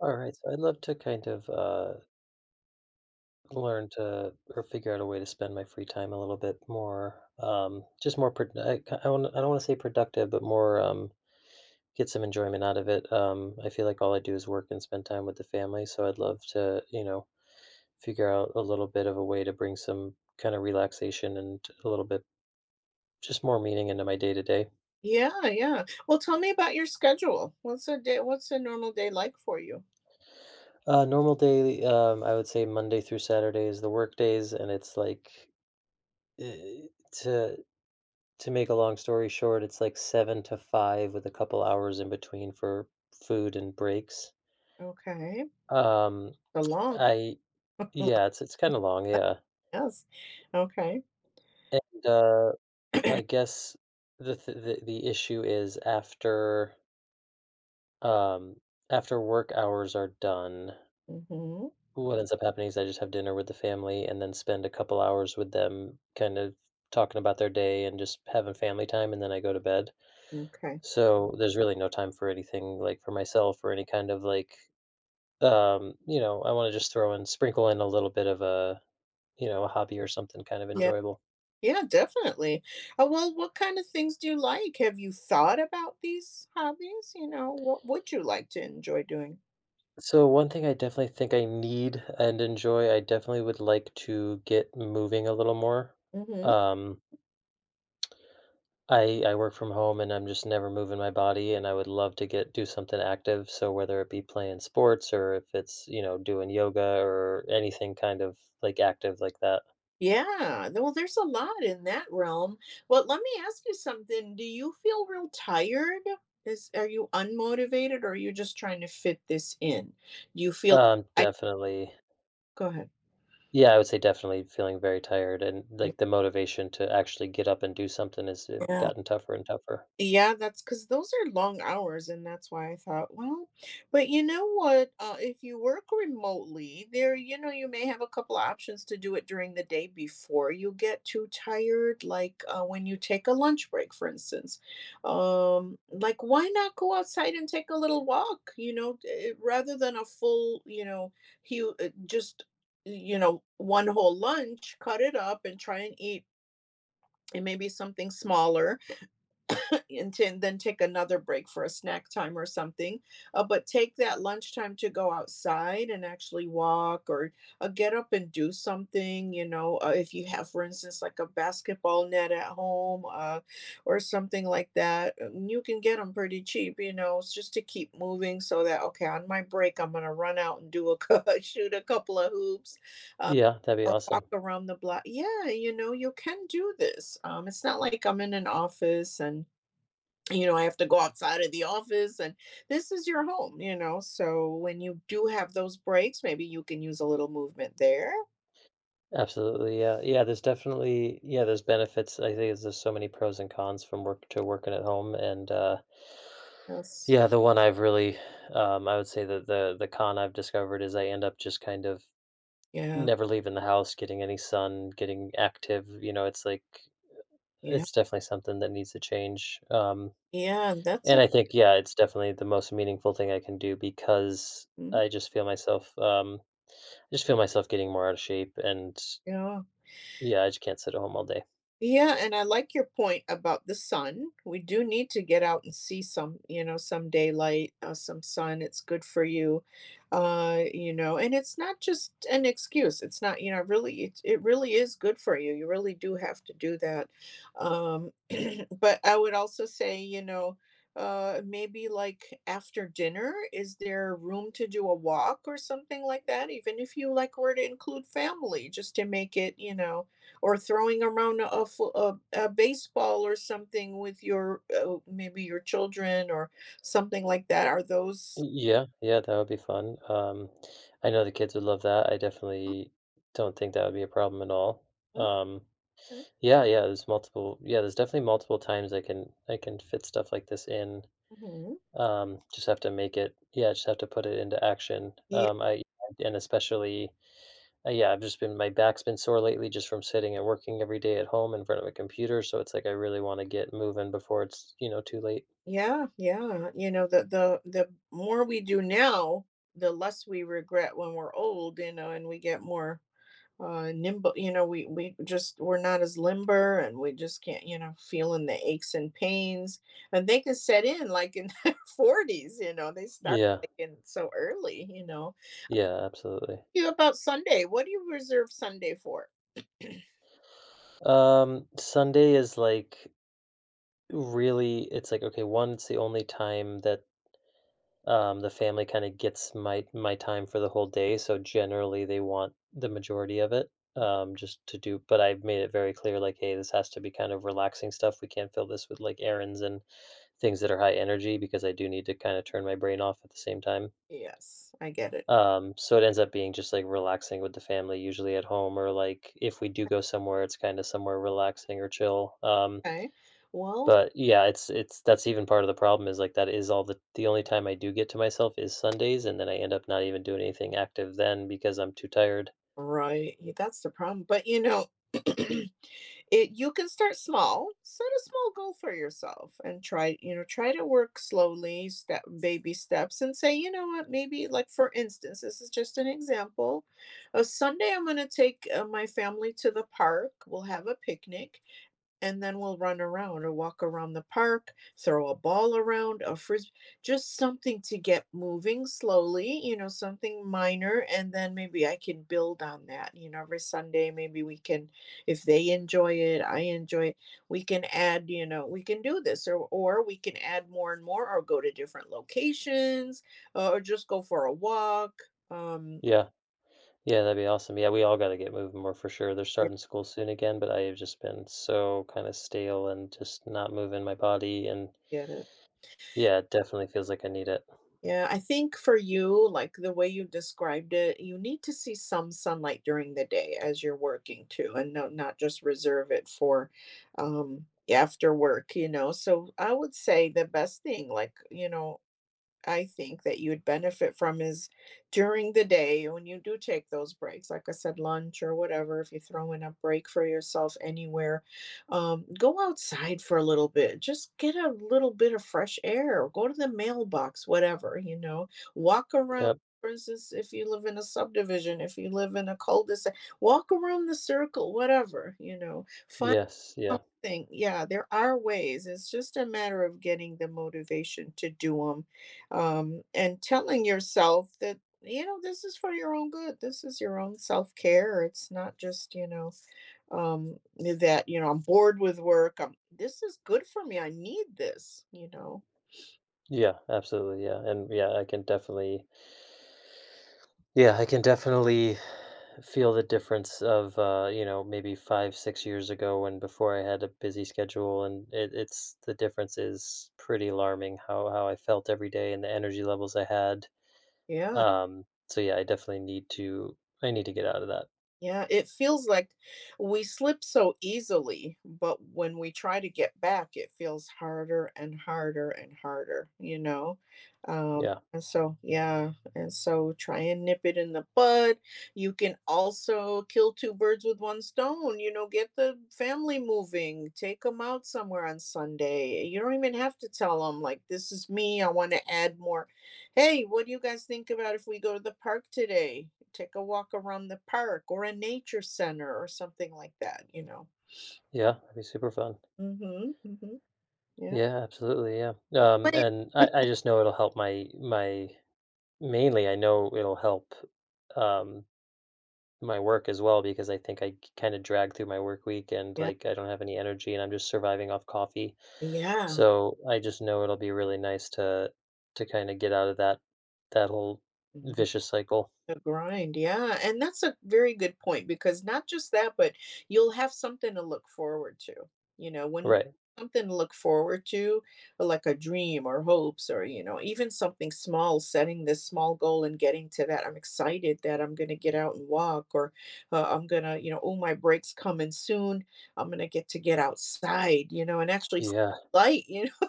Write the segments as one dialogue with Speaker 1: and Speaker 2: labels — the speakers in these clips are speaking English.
Speaker 1: All right, so I'd love to kind of learn to or figure out a way to spend my free time a little bit more, just more. I don't want to say productive, but more get some enjoyment out of it. I feel like all I do is work and spend time with the family, so I'd love to, you know, figure out a little bit of a way to bring some kind of relaxation and a little bit just more meaning into my day to day.
Speaker 2: Yeah, yeah. Well, tell me about your schedule. What's a normal day like for you?
Speaker 1: Normal day, I would say Monday through Saturday is the work days, and it's like eh, to To make a long story short, it's like 7 to 5 with a couple hours in between for food and breaks.
Speaker 2: Okay.
Speaker 1: Um,
Speaker 2: A long
Speaker 1: I
Speaker 2: mm,
Speaker 1: yeah, it's kinda long, yeah,
Speaker 2: yes. Okay.
Speaker 1: and, I guess the th the issue is after, um after work hours are done,
Speaker 2: Mhm.
Speaker 1: what ends up happening is I just have dinner with the family and then spend a couple hours with them kind of talking about their day and just having family time, and then I go to bed.
Speaker 2: Okay.
Speaker 1: So there's really no time for anything like for myself or any kind of like you know, I want to just throw in sprinkle in a little bit of a, you know, a hobby or something kind of
Speaker 2: Yeah.
Speaker 1: enjoyable.
Speaker 2: Yeah, definitely. Well, what kind of things do you like? Have you thought about these hobbies? You know, what would you like to enjoy doing?
Speaker 1: So one thing I definitely think I need and enjoy, I definitely would like to get moving a little more.
Speaker 2: Mhm.
Speaker 1: Um I work from home and I'm just never moving my body and I would love to get do something active. So whether it be playing sports or if it's, you know, doing yoga or anything kind of like active like that.
Speaker 2: Yeah, th well, there's a lot in that realm. Well, let me ask you something. Do you feel real tired? Is Are you unmotivated or are you just trying to fit this in? Do you feel? I
Speaker 1: Definitely
Speaker 2: Go ahead.
Speaker 1: Yeah, I would say definitely feeling very tired and, like, the motivation to actually get up and do something has,
Speaker 2: Yeah.
Speaker 1: gotten tougher and tougher.
Speaker 2: Yeah, that's because those are long hours, and that's why I thought, "Well," but you know what, if you work remotely, there you know, you may have a couple of options to do it during the day before you get too tired, like, when you take a lunch break, for instance. Like, why not go outside and take a little walk, you know, rather than a full, you know, hu just, you know, one whole lunch, cut it up and try and eat, and maybe something smaller and then take another break for a snack time or something. But take that lunchtime to go outside and actually walk or get up and do something. You know, if you have, for instance, like a basketball net at home or something like that, you can get them pretty cheap. You know, it's just to keep moving so that okay, on my break, I'm gonna run out and do shoot a couple of hoops. Uh,
Speaker 1: Yeah, that'd be
Speaker 2: or
Speaker 1: awesome.
Speaker 2: walk around the block. Yeah, you know, you can do this. It's not like I'm in an office and you know, I have to go outside of the office, and this is your home, you know. So when you do have those breaks, maybe you can use a little movement there.
Speaker 1: Absolutely, yeah. Yeah, there's definitely yeah, there's benefits. I think there's so many pros and cons from work to working at home and,
Speaker 2: Yes.
Speaker 1: yeah, the one I've really, I would say that the con I've discovered is I end up just kind of
Speaker 2: Yeah.
Speaker 1: never leaving the house, getting any sun, getting active, you know, it's like
Speaker 2: Yeah.
Speaker 1: it's definitely something that needs to change,
Speaker 2: Yeah. That's
Speaker 1: and
Speaker 2: a
Speaker 1: I think, yeah, it's definitely the most meaningful thing I can do because
Speaker 2: mm,
Speaker 1: I just feel myself, I just feel myself getting more out of shape, and
Speaker 2: yeah.
Speaker 1: yeah, I just can't sit at home all day.
Speaker 2: Yeah, and I like your point about the sun. We do need to get out and see some, you know, some daylight, some sun. It's good for you, you know. And it's not just an excuse. It's not, you know, really, it really is good for you. You really do have to do that. Um, but I would also say, you know, maybe like after dinner, is there room to do a walk or something like that? Even if you like were to include family, just to make it, you know, or throwing around a baseball or something with your maybe your children or something like that, are those
Speaker 1: Yeah, yeah, that would be fun. I know the kids would love that. I definitely don't think that would be a problem at all.
Speaker 2: okay?
Speaker 1: Um, yeah, yeah, there's multiple, yeah, there's definitely multiple times I can fit stuff like this in.
Speaker 2: Mhm.
Speaker 1: Just have to make it, yeah, just have to put it into action.
Speaker 2: Ye-
Speaker 1: I and especially yeah, I've just been my back's been sore lately just from sitting and working every day at home in front of a computer, so it's like I really wanna get moving before it's, you know, too late.
Speaker 2: yeah, yeah, you know, the more we do now, the less we regret when we're old, you know, and we get more nimble, you know, we just we're not as limber and we just can't, you know, feeling the aches and pains, and they can set in like in their 40s, you know, they start
Speaker 1: Yeah.
Speaker 2: like in so early, you know.
Speaker 1: Yeah, absolutely.
Speaker 2: You about Sunday. What do you reserve Sunday for?
Speaker 1: Sunday is, like, really it's like, okay, one, it's the only time that the family kinda gets my time for the whole day, so generally they want the majority of it, just to do but I've made it very clear, like, "Hey, this has to be kind of relaxing stuff, we can't fill this with, like, errands and things that are high energy because I do need to kinda turn my brain off at the same time."
Speaker 2: Yes, I get it.
Speaker 1: So it ends up being just, like, relaxing with the family usually at home or, like, if we do go somewhere, it's kinda somewhere relaxing or chill,
Speaker 2: Okay. Well,
Speaker 1: but, yeah, it's that's even part of the problem is, like, that is all the only time I do get to myself is Sundays, and then I end up not even doing anything active then because I'm too tired.
Speaker 2: right. That's the problem. But you know, it you can start small. Set a small goal for yourself and try, you know, try to work slowly, step baby steps and say, you know what, maybe like for instance, this is just an example. A Sunday I'm going to take my family to the park. We'll have a picnic and then we'll run around or walk around the park, throw a ball around, a frisbee, just something to get moving slowly, you know, something minor. And then maybe I can build on that. You know, every Sunday, maybe we can, if they enjoy it, I enjoy it, we can add, you know, we can do this, or we can add more and more or go to different locations, or just go for a walk. Um,
Speaker 1: Yeah. Yeah, that'd be awesome. Yeah, we all gotta get moving more for sure. They're
Speaker 2: yeah,
Speaker 1: starting school soon again, but I have just been so kinda stale and just not moving my body, and
Speaker 2: yeah,
Speaker 1: yeah, it definitely feels like I need it.
Speaker 2: Yeah, I think for you, like the way you described it, you need to see some sunlight during the day as you're working too, and no, not just reserve it for um, after work, you know. So I would say the best thing, like, you know, I think that you would benefit from is during the day when you do take those breaks, like I said, lunch or whatever, if you throw in a break for yourself anywhere, go outside for a little bit. Just get a little bit of fresh air or go to the mailbox, whatever, you know, walk around.
Speaker 1: Yep.
Speaker 2: For instance, if you live in a subdivision, if you live in a cul de sac, walk around the circle, whatever, you know, find
Speaker 1: Yes, yeah.
Speaker 2: something. Yeah, there are ways. It's just a matter of getting the motivation to do them, and telling yourself that, you know, this is for your own good. This is your own self care. It's not just, you know, that, you know, I'm bored with work. I This is good for me. I need this, you know.
Speaker 1: Yeah, absolutely, yeah, and, yeah, I can definitely feel the difference of you know, maybe five, 6 years ago when before I had a busy schedule and it's the difference is pretty alarming how I felt every day and the energy levels I had.
Speaker 2: Yeah.
Speaker 1: So yeah, I need to get out of that.
Speaker 2: Yeah, it feels like we slip so easily, but when we try to get back, it feels harder and harder and harder, you know? Um,
Speaker 1: Yeah.
Speaker 2: and so, yeah, and so try and nip it in the bud. You can also kill two birds with one stone, you know, get the family moving, take them out somewhere on Sunday. You don't even have to tell them, like, this is me. I want to add more. Hey, what do you guys think about if we go to the park today? Take a walk around the park or a nature center or something like that, you know?
Speaker 1: Yeah, that'd be super fun.
Speaker 2: Mhm, mhm. Yeah.
Speaker 1: Yeah, absolutely. Yeah.
Speaker 2: Wait.
Speaker 1: And I just know it'll help my my mainly I know it'll help um my work as well, because I think I kind of drag through my work week and
Speaker 2: Yeah,
Speaker 1: like I don't have any energy and I'm just surviving off coffee.
Speaker 2: yeah.
Speaker 1: So I just know it'll be really nice to kind of get out of that whole vicious cycle.
Speaker 2: The grind, yeah, and that's a very good point because not just that, but you'll have something to look forward to. You know, when
Speaker 1: Right.
Speaker 2: something to look forward to, like a dream or hopes or, you know, even something small, setting this small goal and getting to that. I'm excited that I'm going to get out and walk or I'm going to, you know, oh, my break's coming soon. I'm going to get outside, you know, and actually see
Speaker 1: Yeah.
Speaker 2: light,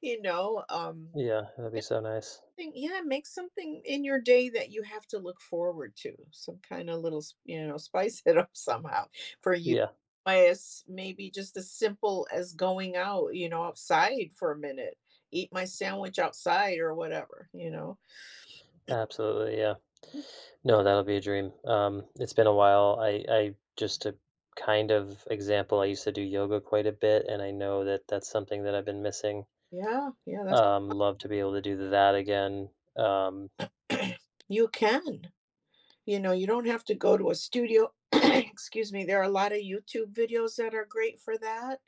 Speaker 2: you know,
Speaker 1: Yeah. That'd be so nice.
Speaker 2: Thing, yeah, make something in your day that you have to look forward to, some kinda little s, you know, spice it up somehow. For you,
Speaker 1: Yeah.
Speaker 2: as maybe just as simple as going out, you know, outside for a minute, eat my sandwich outside or whatever, you know?
Speaker 1: Absolutely. Yeah. No, that'll be a dream. It's been a while. I just a kind of example. I used to do yoga quite a bit, and I know that that's something that I've been missing.
Speaker 2: Yeah, yeah, that's
Speaker 1: Love to be able to do that again. Um,
Speaker 2: You can. You know, you don't have to go to a studio. Excuse me. There are a lot of YouTube videos that are great for that.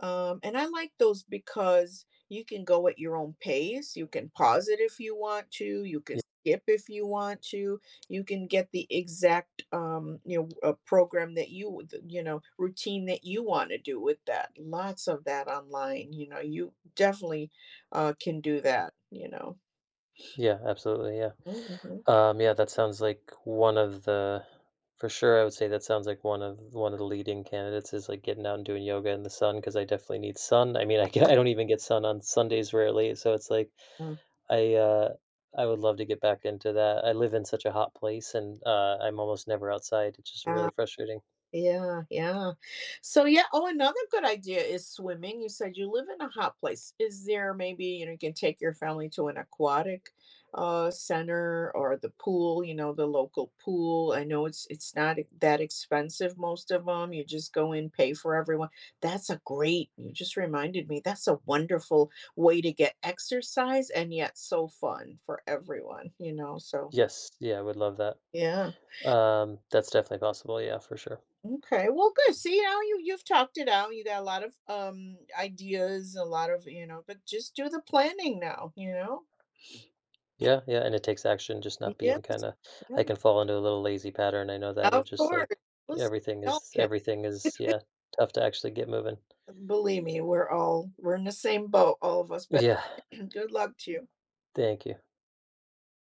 Speaker 2: And I like those because you can go at your own pace. You can pause it if you want to. You can
Speaker 1: yeah,
Speaker 2: skip if you want to. You can get the exact, you know, program that you, you know, routine that you want to do with that. Lots of that online. You know, you definitely can do that, you know.
Speaker 1: yeah, absolutely, yeah.
Speaker 2: Mhm.
Speaker 1: Yeah, that sounds like one of the for sure, I would say that sounds like one of the leading candidates is, like, getting out and doing yoga in the sun because I definitely need sun. I mean, I don't even get sun on Sundays rarely, so it's like I, uh I would love to get back into that. I live in such a hot place, and, I'm almost never outside. It's just really
Speaker 2: Uh,
Speaker 1: frustrating.
Speaker 2: Yeah, yeah. So, yeah, oh, another good idea is swimming. You said you live in a hot place. Is there maybe, you know, you can take your family to an aquatic, center or the pool, you know, the local pool. I know it's not e that expensive, most of them. You just go in, pay for everyone. That's a great You just reminded me, that's a wonderful way to get exercise and yet so fun for everyone, you know, so
Speaker 1: Yes, yeah, I would love that.
Speaker 2: yeah.
Speaker 1: That's definitely possible, yeah, for sure.
Speaker 2: Okay, well, good. See, now you've talked it out. You got a lot of ideas, a lot of, you know, but just do the planning now. You know,
Speaker 1: Yeah, yeah, and it takes action, just not
Speaker 2: yes,
Speaker 1: being kinda
Speaker 2: yeah,
Speaker 1: I can fall into a little lazy pattern, I know that, of
Speaker 2: of
Speaker 1: just,
Speaker 2: course.
Speaker 1: like,
Speaker 2: Listen, y'all can
Speaker 1: everything is yeah, tough to actually get moving.
Speaker 2: believe me. We're in the same boat, all of us. But
Speaker 1: Yeah,
Speaker 2: good luck to you.
Speaker 1: thank you.